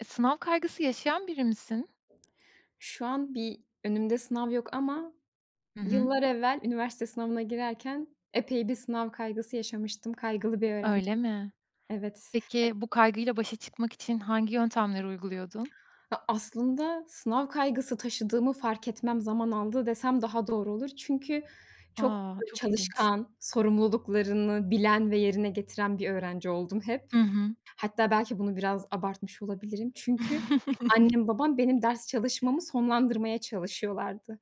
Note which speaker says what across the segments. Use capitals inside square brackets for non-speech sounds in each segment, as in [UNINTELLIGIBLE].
Speaker 1: Sınav kaygısı yaşayan biri misin?
Speaker 2: Şu an bir önümde sınav yok ama
Speaker 1: Hı hı.
Speaker 2: yıllar evvel üniversite sınavına girerken epey bir sınav kaygısı yaşamıştım. Kaygılı bir
Speaker 1: Öyle
Speaker 2: öğrenciydim.
Speaker 1: mi?
Speaker 2: Evet.
Speaker 1: Peki, bu kaygıyla başa çıkmak için hangi yöntemleri uyguluyordun?
Speaker 2: Ya, aslında sınav kaygısı taşıdığımı fark etmem zaman aldı desem daha doğru olur. Çünkü çok
Speaker 1: A! Çok ilginç.
Speaker 2: çalışkan, sorumluluklarını bilen ve yerine getiren bir öğrenci oldum hep.
Speaker 1: Hı hı.
Speaker 2: Hatta belki bunu biraz abartmış olabilirim. Çünkü
Speaker 1: [LAUGHS]
Speaker 2: annem babam benim ders çalışmamı sonlandırmaya çalışıyorlardı.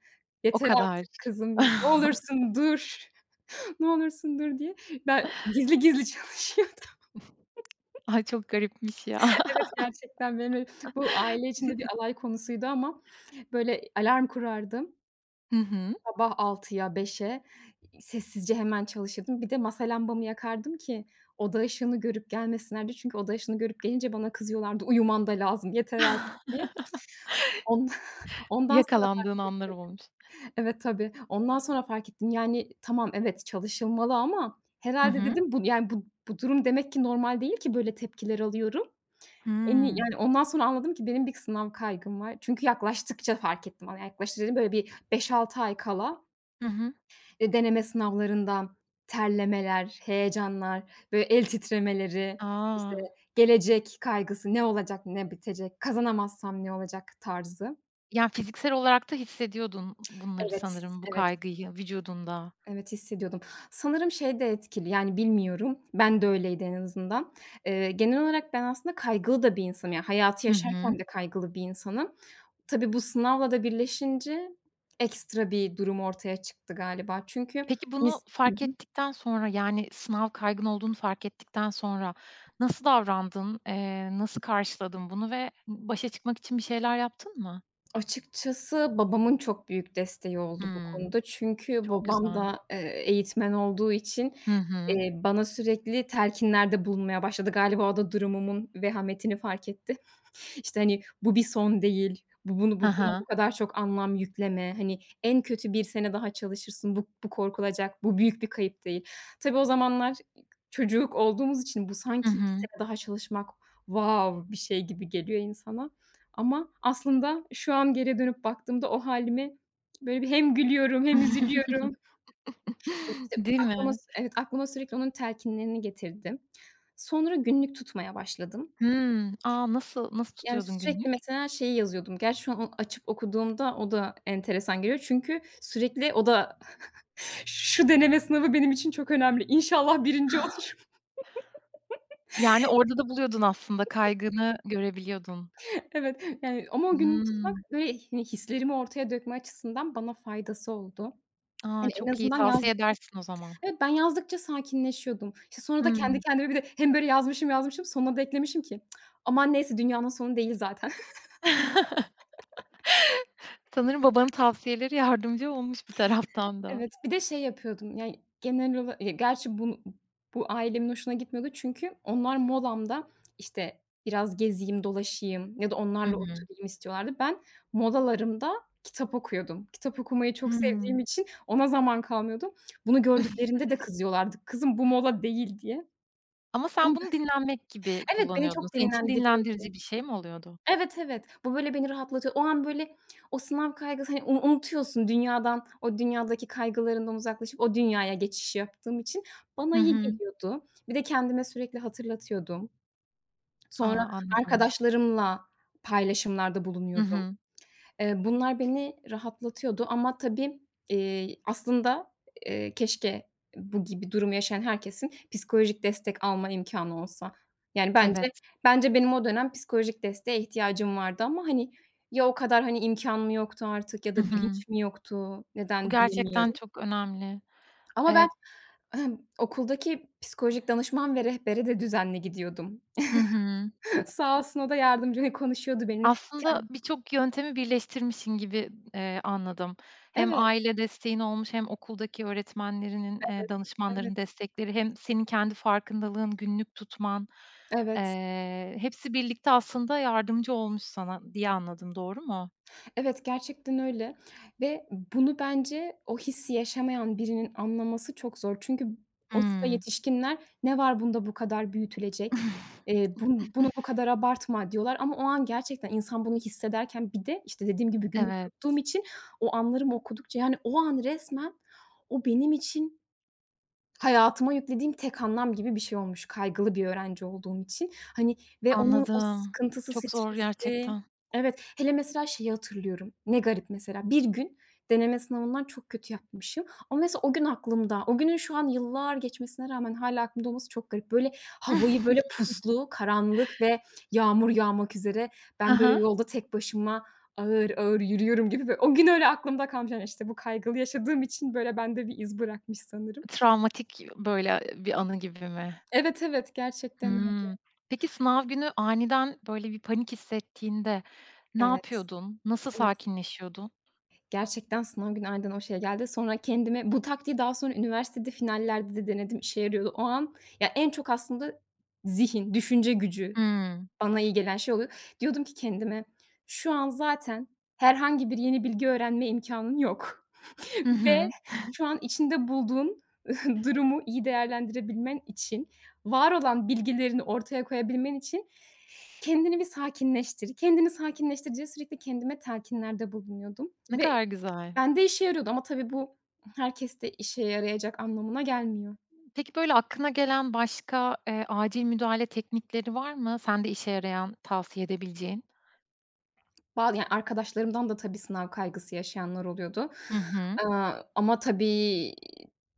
Speaker 1: O
Speaker 2: "Yeter
Speaker 1: kadar.
Speaker 2: artık kızım, ne olursun dur." Ne olursun dur diye. Ben gizli gizli [LAUGHS] çalışıyordum.
Speaker 1: Ay, çok garipmiş ya. [LAUGHS]
Speaker 2: Evet, gerçekten benim bu aile içinde bir alay konusuydu ama böyle alarm kurardım.
Speaker 1: Hı hı.
Speaker 2: Sabah altıya beşe sessizce hemen çalışırdım. Bir de masa lambamı yakardım ki oda ışığını görüp gelmesinler diye. Çünkü oda ışığını görüp gelince bana kızıyorlardı, "Uyuman da lazım, yeter artık." diye. On [LAUGHS] ondan sonra
Speaker 1: Yakalandığın anlar olmuş.
Speaker 2: evet, tabii. Ondan sonra fark ettim. Yani tamam, evet, çalışılmalı ama
Speaker 1: Hı
Speaker 2: herhalde
Speaker 1: hı.
Speaker 2: dedim bu, yani bu durum demek ki normal değil ki böyle tepkiler alıyorum. En iyi,
Speaker 1: Hımm.
Speaker 2: yani, ondan sonra anladım ki benim bir sınav kaygım var. Çünkü yaklaştıkça fark ettim. Hani yaklaştı dediğim böyle bir beş altı ay kala,
Speaker 1: Hı hı.
Speaker 2: deneme sınavlarından terlemeler, heyecanlar, böyle el titremeleri, işte,
Speaker 1: A!
Speaker 2: gelecek kaygısı, ne olacak, ne bitecek, kazanamazsam ne olacak tarzı.
Speaker 1: Yani, fiziksel olarak da hissediyordun bunları
Speaker 2: Evet,
Speaker 1: sanırım, bu
Speaker 2: evet,
Speaker 1: kaygıyı vücudunda.
Speaker 2: evet hissediyordum. Sanırım şey de etkili, yani bilmiyorum, ben de öyleydi en azından. Genel olarak ben aslında kaygılı da bir insanım. Yani hayatı
Speaker 1: Hı hı.
Speaker 2: yaşarken de kaygılı bir insanım. Tabii, bu sınavla da birleşince ekstra bir durum ortaya çıktı galiba. Çünkü
Speaker 1: Peki bunu
Speaker 2: hı
Speaker 1: fark
Speaker 2: hı.
Speaker 1: ettikten sonra, yani, sınav kaygın olduğunu fark ettikten sonra nasıl davrandın? Nasıl karşıladın bunu ve başa çıkmak için bir şeyler yaptın mı?
Speaker 2: Açıkçası babamın çok büyük desteği oldu bu
Speaker 1: Hımm,
Speaker 2: konuda. Çünkü
Speaker 1: çok
Speaker 2: babam
Speaker 1: güzel.
Speaker 2: da, eğitmen olduğu için,
Speaker 1: Hı hı.
Speaker 2: bana sürekli telkinlerde bulunmaya başladı. Galiba o da durumumun vehametini fark etti. İşte, hani, bu bir son değil, bu bunu bu
Speaker 1: Hı
Speaker 2: buna
Speaker 1: hı.
Speaker 2: bu kadar çok anlam yükleme, hani, en kötü bir sene daha çalışırsın, bu korkulacak, bu büyük bir kayıp değil. Tabii o zamanlar çocuk olduğumuz için bu
Speaker 1: Hı
Speaker 2: sanki bir
Speaker 1: hı.
Speaker 2: sene daha çalışmak wow bir şey gibi geliyor insana ama aslında şu an geriye dönüp baktığımda o hâlime böyle bir hem gülüyorum hem
Speaker 1: [LAUGHS]
Speaker 2: üzülüyorum. E, işte,
Speaker 1: Değil
Speaker 2: aklıma
Speaker 1: mi?
Speaker 2: Evet, aklıma sürekli onun telkinlerini getirdim. Sonra günlük tutmaya başladım.
Speaker 1: Hımm. A, nasıl
Speaker 2: Yani,
Speaker 1: tutuyordun
Speaker 2: sürekli
Speaker 1: günlük?
Speaker 2: mesela şeyi yazıyordum. Gerçi şu an onu açıp okuduğumda o da enteresan geliyor. Çünkü sürekli o da [LAUGHS] şu deneme sınavı benim için çok önemli. İnşallah birinci olur. [LAUGHS]
Speaker 1: Yani, orada da buluyordun aslında, kaygını görebiliyordun.
Speaker 2: Evet, yani, ama o günü tutmak,
Speaker 1: Hımm.
Speaker 2: böyle, hani, hislerimi ortaya dökme açısından bana faydası oldu.
Speaker 1: A,
Speaker 2: Hani, en
Speaker 1: çok iyi.
Speaker 2: azından
Speaker 1: Tavsiye
Speaker 2: yazdık
Speaker 1: edersin o zaman.
Speaker 2: Evet, ben yazdıkça sakinleşiyordum. İşte, sonra da kendi
Speaker 1: Hımm.
Speaker 2: kendime bir de hem böyle yazmışım, yazmışım, sonuna da eklemişim ki aman neyse dünyanın sonu değil zaten.
Speaker 1: [LAUGHS] Sanırım babanın tavsiyeleri yardımcı olmuş bir taraftan da.
Speaker 2: Evet, bir de şey yapıyordum, yani, genel olarak, ya, gerçi bu ailemin hoşuna gitmiyordu çünkü onlar molamda, işte, biraz gezeyim, dolaşayım ya da
Speaker 1: Hı
Speaker 2: onlarla
Speaker 1: hı.
Speaker 2: oturayım istiyorlardı. Ben molalarımda kitap okuyordum. Kitap okumayı çok sevdiğim
Speaker 1: Hımm.
Speaker 2: için ona zaman kalmıyordu. Bunu
Speaker 1: [LAUGHS]
Speaker 2: gördüklerinde de kızıyorlardı. "Kızım, bu mola değil." diye.
Speaker 1: Ama
Speaker 2: Ama
Speaker 1: sen bunu dinlenmek gibi
Speaker 2: evet, beni
Speaker 1: kullanıyordun.
Speaker 2: çok
Speaker 1: Senin için
Speaker 2: dinlendiriyordu.
Speaker 1: dinlendirici bir şey mi oluyordu?
Speaker 2: Evet, evet. Bu, böyle, beni rahatlatıyor. O an, böyle, o sınav kaygısı, hani, unutuyorsun dünyadan, o dünyadaki kaygılarından uzaklaşıp o dünyaya geçiş yaptığım için
Speaker 1: Hı
Speaker 2: bana iyi
Speaker 1: hı.
Speaker 2: geliyordu. Bir de kendime sürekli hatırlatıyordum.
Speaker 1: A,
Speaker 2: Sonra
Speaker 1: anladım.
Speaker 2: arkadaşlarımla paylaşımlarda
Speaker 1: Hı
Speaker 2: bulunuyordum.
Speaker 1: hı.
Speaker 2: Bunlar beni rahatlatıyordu ama tabii, eee, aslında, keşke bu gibi durumu yaşayan herkesin psikolojik destek alma imkânı olsa. Yani,
Speaker 1: Evet.
Speaker 2: bence benim o dönem psikolojik desteğe ihtiyacım vardı ama, hani, ya o kadar, hani, imkân mı yoktu artık ya
Speaker 1: Hı
Speaker 2: da
Speaker 1: hı.
Speaker 2: bilinç mi yoktu,
Speaker 1: Bu
Speaker 2: neden
Speaker 1: gerçekten
Speaker 2: bilemiyorum.
Speaker 1: çok önemli.
Speaker 2: Ama ben
Speaker 1: Eee
Speaker 2: okuldaki psikolojik danışman ve rehbere de düzenli gidiyordum.
Speaker 1: Hı hı.
Speaker 2: [LAUGHS] Sağ olsun o da yardımcı, hani, konuşuyordu benimle.
Speaker 1: Aslında
Speaker 2: Ken
Speaker 1: birçok yöntemi birleştirmişsin gibi, anladım. Hem
Speaker 2: Evet,
Speaker 1: aile desteğin olmuş hem okuldaki öğretmenlerinin,
Speaker 2: evet. Evet,
Speaker 1: danışmanların destekleri hem senin kendi farkındalığın, günlük tutman,
Speaker 2: evet.
Speaker 1: hepsi birlikte aslında yardımcı olmuş sana diye anladım. Doğru mu?
Speaker 2: Evet, gerçekten öyle ve bunu bence o hissi yaşamayan birinin anlaması çok zor. Çünkü o sıra
Speaker 1: Hımm.
Speaker 2: yetişkinler, "Ne var bunda bu kadar büyütülecek?
Speaker 1: [LAUGHS]
Speaker 2: Bunu bu kadar abartma." diyorlar ama o an gerçekten insan bunu hissederken bir de, işte, dediğim gibi günlük
Speaker 1: Evet,
Speaker 2: tuttuğum için o anlarımı okudukça, yani, o an resmen o benim için hayatıma yüklediğim tek anlam gibi bir şey olmuş kaygılı bir öğrenci olduğum için. Hani ve onun o
Speaker 1: anladım.
Speaker 2: sıkıntısı,
Speaker 1: Çok zor
Speaker 2: stresi.
Speaker 1: gerçekten.
Speaker 2: Evet, hele mesela şeyi hatırlıyorum. Ne garip mesela, bir gün deneme sınavından çok kötü yapmışım ama mesela o gün aklımda. O günün şu an yıllar geçmesine rağmen hâlâ aklımda olması çok garip. Böyle havayı böyle puslu, karanlık ve yağmur yağmak üzere
Speaker 1: Hı
Speaker 2: ben böyle
Speaker 1: hı.
Speaker 2: yolda tek başıma ağır ağır yürüyorum gibi ve o gün öyle aklımda kalmış. Yani, işte, bu kaygılı yaşadığım için böyle bende bir iz bırakmış sanırım.
Speaker 1: [LAUGHS] Travmatik böyle bir anı gibi mi?
Speaker 2: Evet, evet, gerçekten öyle.
Speaker 1: Hımm. Peki sınav günü aniden böyle bir panik hissettiğinde ne
Speaker 2: Evet,
Speaker 1: yapıyordun? Nasıl
Speaker 2: evet.
Speaker 1: sakinleşiyordun?
Speaker 2: Gerçekten sınav günü aynen o şeye geldi. Sonra kendime bu taktiği daha sonra üniversitede finallerde de denedim, işe yarıyordu. O an ya, en çok aslında zihin, düşünce gücü
Speaker 1: Hımm.
Speaker 2: bana iyi gelen şey oluyor. Diyordum ki kendime, "Şu an zaten herhangi bir yeni bilgi öğrenme imkânın yok [LAUGHS]
Speaker 1: Hı
Speaker 2: ve
Speaker 1: hı.
Speaker 2: şu an içinde bulduğun [LAUGHS] durumu iyi değerlendirebilmen için, var olan bilgilerini ortaya koyabilmen için kendini bir sakinleştir, kendini sakinleştir" sürekli kendime telkinlerde bulunuyordum
Speaker 1: Ne
Speaker 2: ve
Speaker 1: kadar güzel.
Speaker 2: bende işe yarıyordu ama tabii bu herkeste işe yarayacak anlamına gelmiyor.
Speaker 1: Peki böyle aklına gelen başka, acil müdahale teknikleri var mı? Sende işe yarayan, tavsiye edebileceğin?
Speaker 2: Yani arkadaşlarımdan da tabii sınav kaygısı yaşayanlar oluyordu.
Speaker 1: Hı hı.
Speaker 2: Ama tabii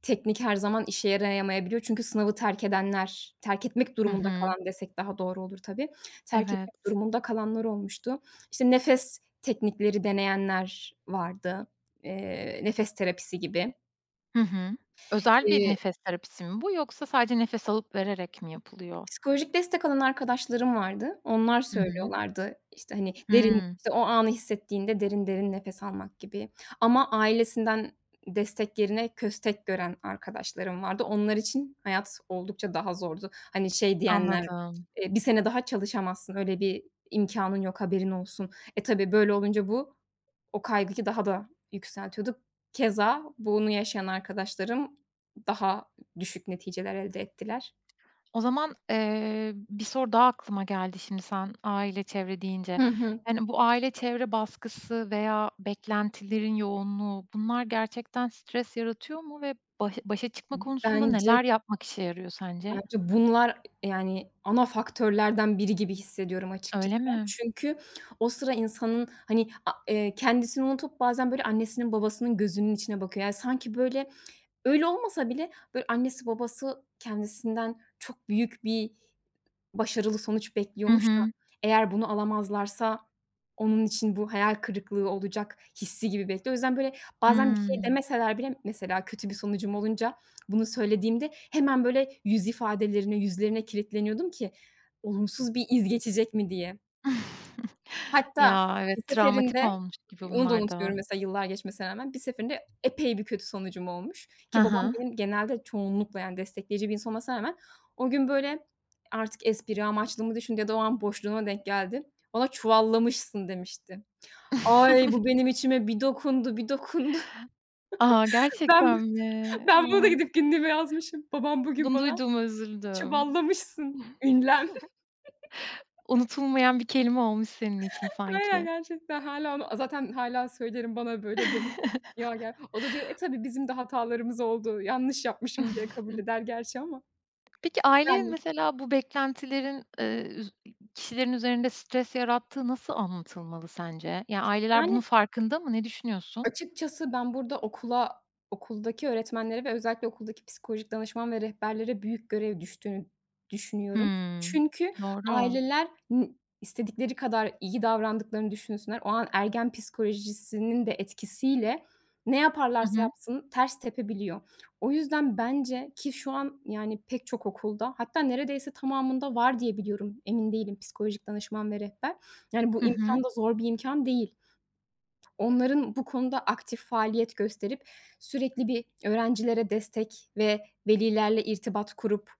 Speaker 2: teknik her zaman işe yarayamayabiliyor çünkü sınavı terk edenler, terk etmek
Speaker 1: Hı
Speaker 2: durumunda
Speaker 1: hı.
Speaker 2: kalan desek daha doğru olur tabii. Terk
Speaker 1: Evet.
Speaker 2: etmek durumunda kalanlar olmuştu. İşte nefes teknikleri deneyenler vardı, nefes terapisi gibi.
Speaker 1: Hı hı. Özel bir
Speaker 2: Eee,
Speaker 1: nefes terapisi mi bu yoksa sadece nefes alıp vererek mi yapılıyor?
Speaker 2: Psikolojik destek alan arkadaşlarım vardı. Onlar
Speaker 1: Hı hı.
Speaker 2: söylüyorlardı, işte, hani, derin,
Speaker 1: Hımm.
Speaker 2: işte, o anı hissettiğinde derin derin nefes almak gibi ama ailesinden destek yerine köstek gören arkadaşlarım vardı. Onlar için hayat oldukça daha zordu. Hani, şey diyenler,
Speaker 1: Anladım.
Speaker 2: "bir sene daha çalışamazsın, öyle bir imkânın yok, haberin olsun." E, tabii böyle olunca bu o kaygıyı daha da yükseltiyordu. Keza bunu yaşayan arkadaşlarım daha düşük neticeler elde ettiler.
Speaker 1: O zaman, bir soru daha aklıma geldi şimdi sen aile, çevre deyince.
Speaker 2: Hı hı.
Speaker 1: Yani, bu aile çevre baskısı veya beklentilerin yoğunluğu bunlar gerçekten stres yaratıyor mu ve başa çıkma konusunda
Speaker 2: Bence
Speaker 1: neler yapmak işe yarıyor sence?
Speaker 2: Bence bunlar, yani, ana faktörlerden biri gibi hissediyorum açıkçası
Speaker 1: Öyle
Speaker 2: ben.
Speaker 1: mi?
Speaker 2: Çünkü o sıra insanın, hani, a kendisini unutup bazen, böyle, annesinin babasının gözünün içine bakıyor. Yani, sanki, böyle, öyle olmasa bile, böyle, annesi babası kendisinden çok büyük bir başarılı sonuç
Speaker 1: Hı
Speaker 2: bekliyormuş da
Speaker 1: hı.
Speaker 2: eğer bunu alamazlarsa onun için bu hayal kırıklığı olacak hissi gibi bekliyor. O yüzden, böyle, bazen bir şey
Speaker 1: Hımm.
Speaker 2: demeseler bile mesela kötü bir sonucum olunca bunu söylediğimde hemen, böyle, yüz ifadelerine, yüzlerine kilitleniyordum ki olumsuz bir iz geçecek mi diye.
Speaker 1: [LAUGHS]
Speaker 2: Hatta
Speaker 1: Ya, evet,
Speaker 2: bir
Speaker 1: travmatik
Speaker 2: seferinde,
Speaker 1: olmuş gibi
Speaker 2: onu da
Speaker 1: bunlar da.
Speaker 2: unutuyorum mesela yıllar geçmesine rağmen, bir seferinde epey bir kötü sonucum olmuş
Speaker 1: Hı
Speaker 2: ki babam
Speaker 1: hı.
Speaker 2: benim genelde çoğunlukla, yani, destekleyici bir insan olmasına rağmen o gün böyle artık espri amaçlı mı düşündü ya da o an boşluğuma denk geldi. Bana "Çuvallamışsın." demişti. Ay, bu
Speaker 1: [LAUGHS]
Speaker 2: benim içime bir dokundu, bir dokundu. [LAUGHS]
Speaker 1: A,
Speaker 2: Ben
Speaker 1: gerçekten mi?
Speaker 2: Ben bunu da
Speaker 1: A,
Speaker 2: gidip günlüğüme yazmışım. Babam bugün
Speaker 1: bunu
Speaker 2: bana
Speaker 1: duyduğuma üzüldüm.
Speaker 2: "Çuvallamışsın."
Speaker 1: [LAUGHS]
Speaker 2: ünlem.
Speaker 1: Unutulmayan bir kelime olmuş senin için
Speaker 2: Aynen
Speaker 1: sanki.
Speaker 2: gerçekten hâlâ onu zaten hâlâ söylerim, bana böyle demişti. Ya, o da diyor, "E, tabii bizim de hatalarımız oldu. Yanlış yapmışım." diye
Speaker 1: [LAUGHS]
Speaker 2: kabul eder gerçi ama.
Speaker 1: Peki ailenin
Speaker 2: Yani
Speaker 1: mesela bu beklentilerin, üz kişilerin üzerinde stres yarattığı nasıl anlatılmalı sence? Yani aileler bunun
Speaker 2: Yani
Speaker 1: farkında mı? Ne düşünüyorsun?
Speaker 2: açıkçası ben burada okuldaki öğretmenlere ve özellikle okuldaki psikolojik danışman ve rehberlere büyük görev düştüğünü düşünüyorum.
Speaker 1: Hımm.
Speaker 2: Çünkü
Speaker 1: Doğru.
Speaker 2: aileler istedikleri kadar iyi davrandıklarını düşünsünler, o an ergen psikolojisinin de etkisiyle ne
Speaker 1: Hı
Speaker 2: yaparlarsa
Speaker 1: hı.
Speaker 2: yapsın ters tepebiliyor. O yüzden bence ki şu an, yani, pek çok okulda hatta neredeyse tamamında var diye biliyorum, emin değilim psikolojik danışman ve rehber. Yani, bu
Speaker 1: Hı hı.
Speaker 2: imkan da zor bir imkan değil. Onların bu konuda aktif faaliyet gösterip sürekli bir öğrencilere destek ve velilerle irtibat kurup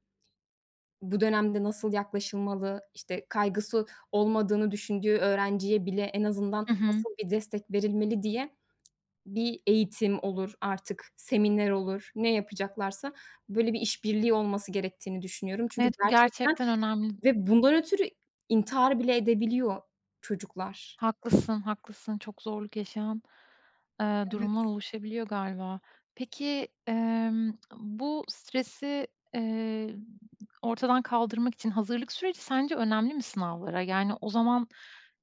Speaker 2: bu dönemde nasıl yaklaşılmalı, işte, kaygısı olmadığını düşündüğü öğrenciye bile en azından
Speaker 1: Hı hı.
Speaker 2: nasıl bir destek verilmeli diye bir eğitim olur artık, seminer olur, ne yapacaklarsa böyle bir işbirliği olması gerektiğini düşünüyorum. Çünkü
Speaker 1: Evet, bu
Speaker 2: gerçekten
Speaker 1: gerçekten önemli.
Speaker 2: ve bundan ötürü intihar bile edebiliyor çocuklar.
Speaker 1: Haklısın, haklısın. Çok zorluk yaşayan,
Speaker 2: Evet.
Speaker 1: durumlar oluşabiliyor galiba. Peki, bu stresi, eee, ortadan kaldırmak için hazırlık süreci sence önemli mi sınavlara? Yani, o zaman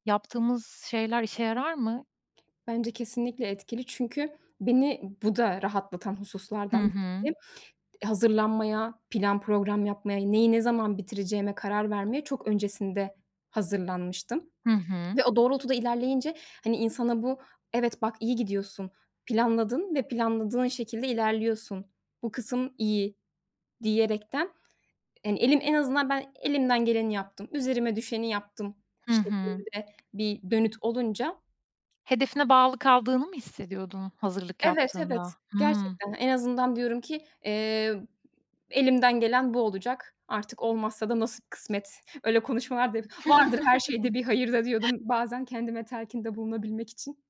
Speaker 1: yaptığımız şeyler işe yarar mı?
Speaker 2: Bence kesinlikle etkili çünkü beni bu da rahatlatan
Speaker 1: Hı
Speaker 2: hususlardan
Speaker 1: hı.
Speaker 2: biriydi. Hazırlanmaya, plan program yapmaya, neyi ne zaman bitireceğime karar vermeye çok öncesinde hazırlanmıştım
Speaker 1: Hı hı.
Speaker 2: ve o doğrultuda ilerleyince, hani, insana bu, "Evet, bak iyi gidiyorsun, planladın ve planladığın şekilde ilerliyorsun. Bu kısım iyi." diyerekten, hani, en azından ben elimden geleni yaptım, üzerime düşeni yaptım
Speaker 1: Hı hı.
Speaker 2: şeklinde bir dönüt olunca
Speaker 1: Hedefine bağlı kaldığını mı hissediyordun hazırlık
Speaker 2: evet, evet.
Speaker 1: yaptığında? Hıı.
Speaker 2: Gerçekten en azından diyorum ki, elimden gelen bu olacak. Artık olmazsa da nasip kısmet. [LAUGHS] Öyle konuşmalar da vardır, her şeyde bir hayır da diyordum bazen kendime telkinde bulunabilmek için.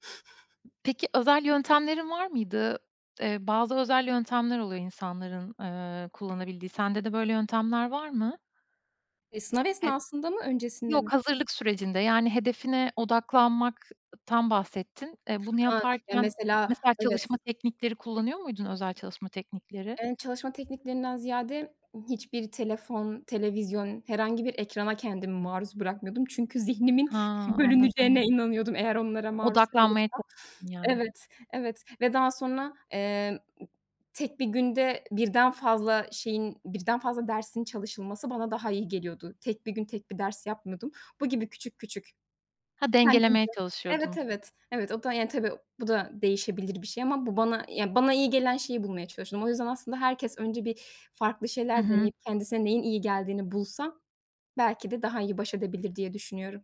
Speaker 1: Peki, özel yöntemlerin var mıydı? Bazı özel yöntemler oluyor insanların, kullanabildiği. Sende de böyle yöntemler var mı?
Speaker 2: E, sınav
Speaker 1: E
Speaker 2: esnasında mı öncesinde
Speaker 1: Yok,
Speaker 2: mi?
Speaker 1: hazırlık sürecinde, yani, hedefine odaklanmaktan bahsettin. Bunu
Speaker 2: Ha, ya
Speaker 1: yaparken
Speaker 2: mesela
Speaker 1: mesela
Speaker 2: evet.
Speaker 1: çalışma teknikleri kullanıyor muydun, özel çalışma teknikleri?
Speaker 2: Çalışma tekniklerinden ziyade hiçbir telefon, televizyon, herhangi bir ekrana kendimi maruz bırakmıyordum. Çünkü zihnimin
Speaker 1: Ha,
Speaker 2: [LAUGHS]
Speaker 1: anladım.
Speaker 2: bölüneceğine inanıyordum eğer onlara maruz
Speaker 1: Odaklanmaya
Speaker 2: kalırsam.
Speaker 1: çalışıyordun yani.
Speaker 2: Evet, evet ve daha sonra, tek bir günde birden fazla şeyin, birden fazla dersin çalışılması bana daha iyi geliyordu. Tek bir gün tek bir ders yapmıyordum. Bu gibi küçük küçük
Speaker 1: Ha, dengelemeye
Speaker 2: kendimce. Evet,
Speaker 1: çalışıyordun.
Speaker 2: evet. Evet, o da, yani, tabii bu da değişebilir bir şey ama bu bana, bana iyi gelen şeyi bulmaya çalıştım. O yüzden aslında herkes önce bir farklı
Speaker 1: Hı
Speaker 2: şeyler
Speaker 1: hı.
Speaker 2: deneyip kendisine neyin iyi geldiğini bulsa belki de daha iyi baş edebilir diye düşünüyorum.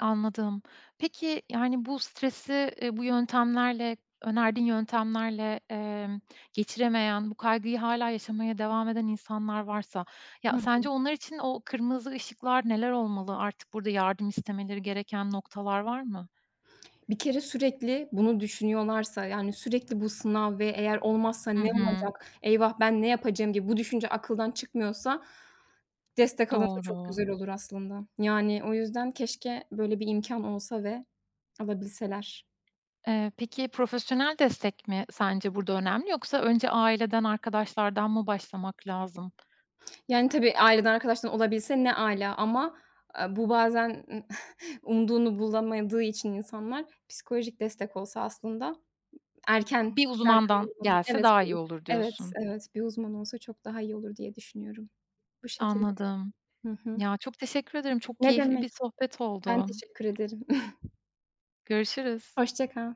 Speaker 1: Anladım. Peki, yani, bu stresi, bu yöntemlerle, önerdiğin yöntemlerle, geçiremeyen, bu kaygıyı hala yaşamaya devam eden insanlar varsa, ya,
Speaker 2: Hı.
Speaker 1: sence onlar için o kırmızı ışıklar neler olmalı? Artık burada yardım istemeleri gereken noktalar var mı?
Speaker 2: Bir kere sürekli bunu düşünüyorlarsa, yani, sürekli bu sınav ve eğer olmazsa
Speaker 1: Hı
Speaker 2: ne
Speaker 1: hı.
Speaker 2: olacak, eyvah ben ne yapacağım gibi bu düşünce akıldan çıkmıyorsa destek alınsa çok
Speaker 1: Doğru.
Speaker 2: güzel olur aslında. Yani, o yüzden keşke böyle bir imkân olsa ve alabilseler.
Speaker 1: Peki profesyonel destek mi sence burada önemli yoksa önce aileden, arkadaşlardan mı başlamak lazım?
Speaker 2: Yani, tabii, aileden, arkadaştan olabilse ne âlâ ama, bu bazen [LAUGHS] umduğunu bulamadığı için insanlar psikolojik destek olsa aslında erkenden.
Speaker 1: Bir uzmandan
Speaker 2: [UNINTELLIGIBLE]
Speaker 1: gelse
Speaker 2: Evet,
Speaker 1: daha iyi olur
Speaker 2: evet,
Speaker 1: diyorsun.
Speaker 2: evet, bir uzman olsa çok daha iyi olur diye düşünüyorum. Bu şekilde.
Speaker 1: Anladım.
Speaker 2: Hı hı.
Speaker 1: Ya, çok teşekkür ederim. Çok
Speaker 2: Ne
Speaker 1: keyifli
Speaker 2: demek.
Speaker 1: bir sohbet
Speaker 2: Ben
Speaker 1: oldu.
Speaker 2: teşekkür ederim. [LAUGHS]
Speaker 1: Görüşürüz.
Speaker 2: Hoşça kal.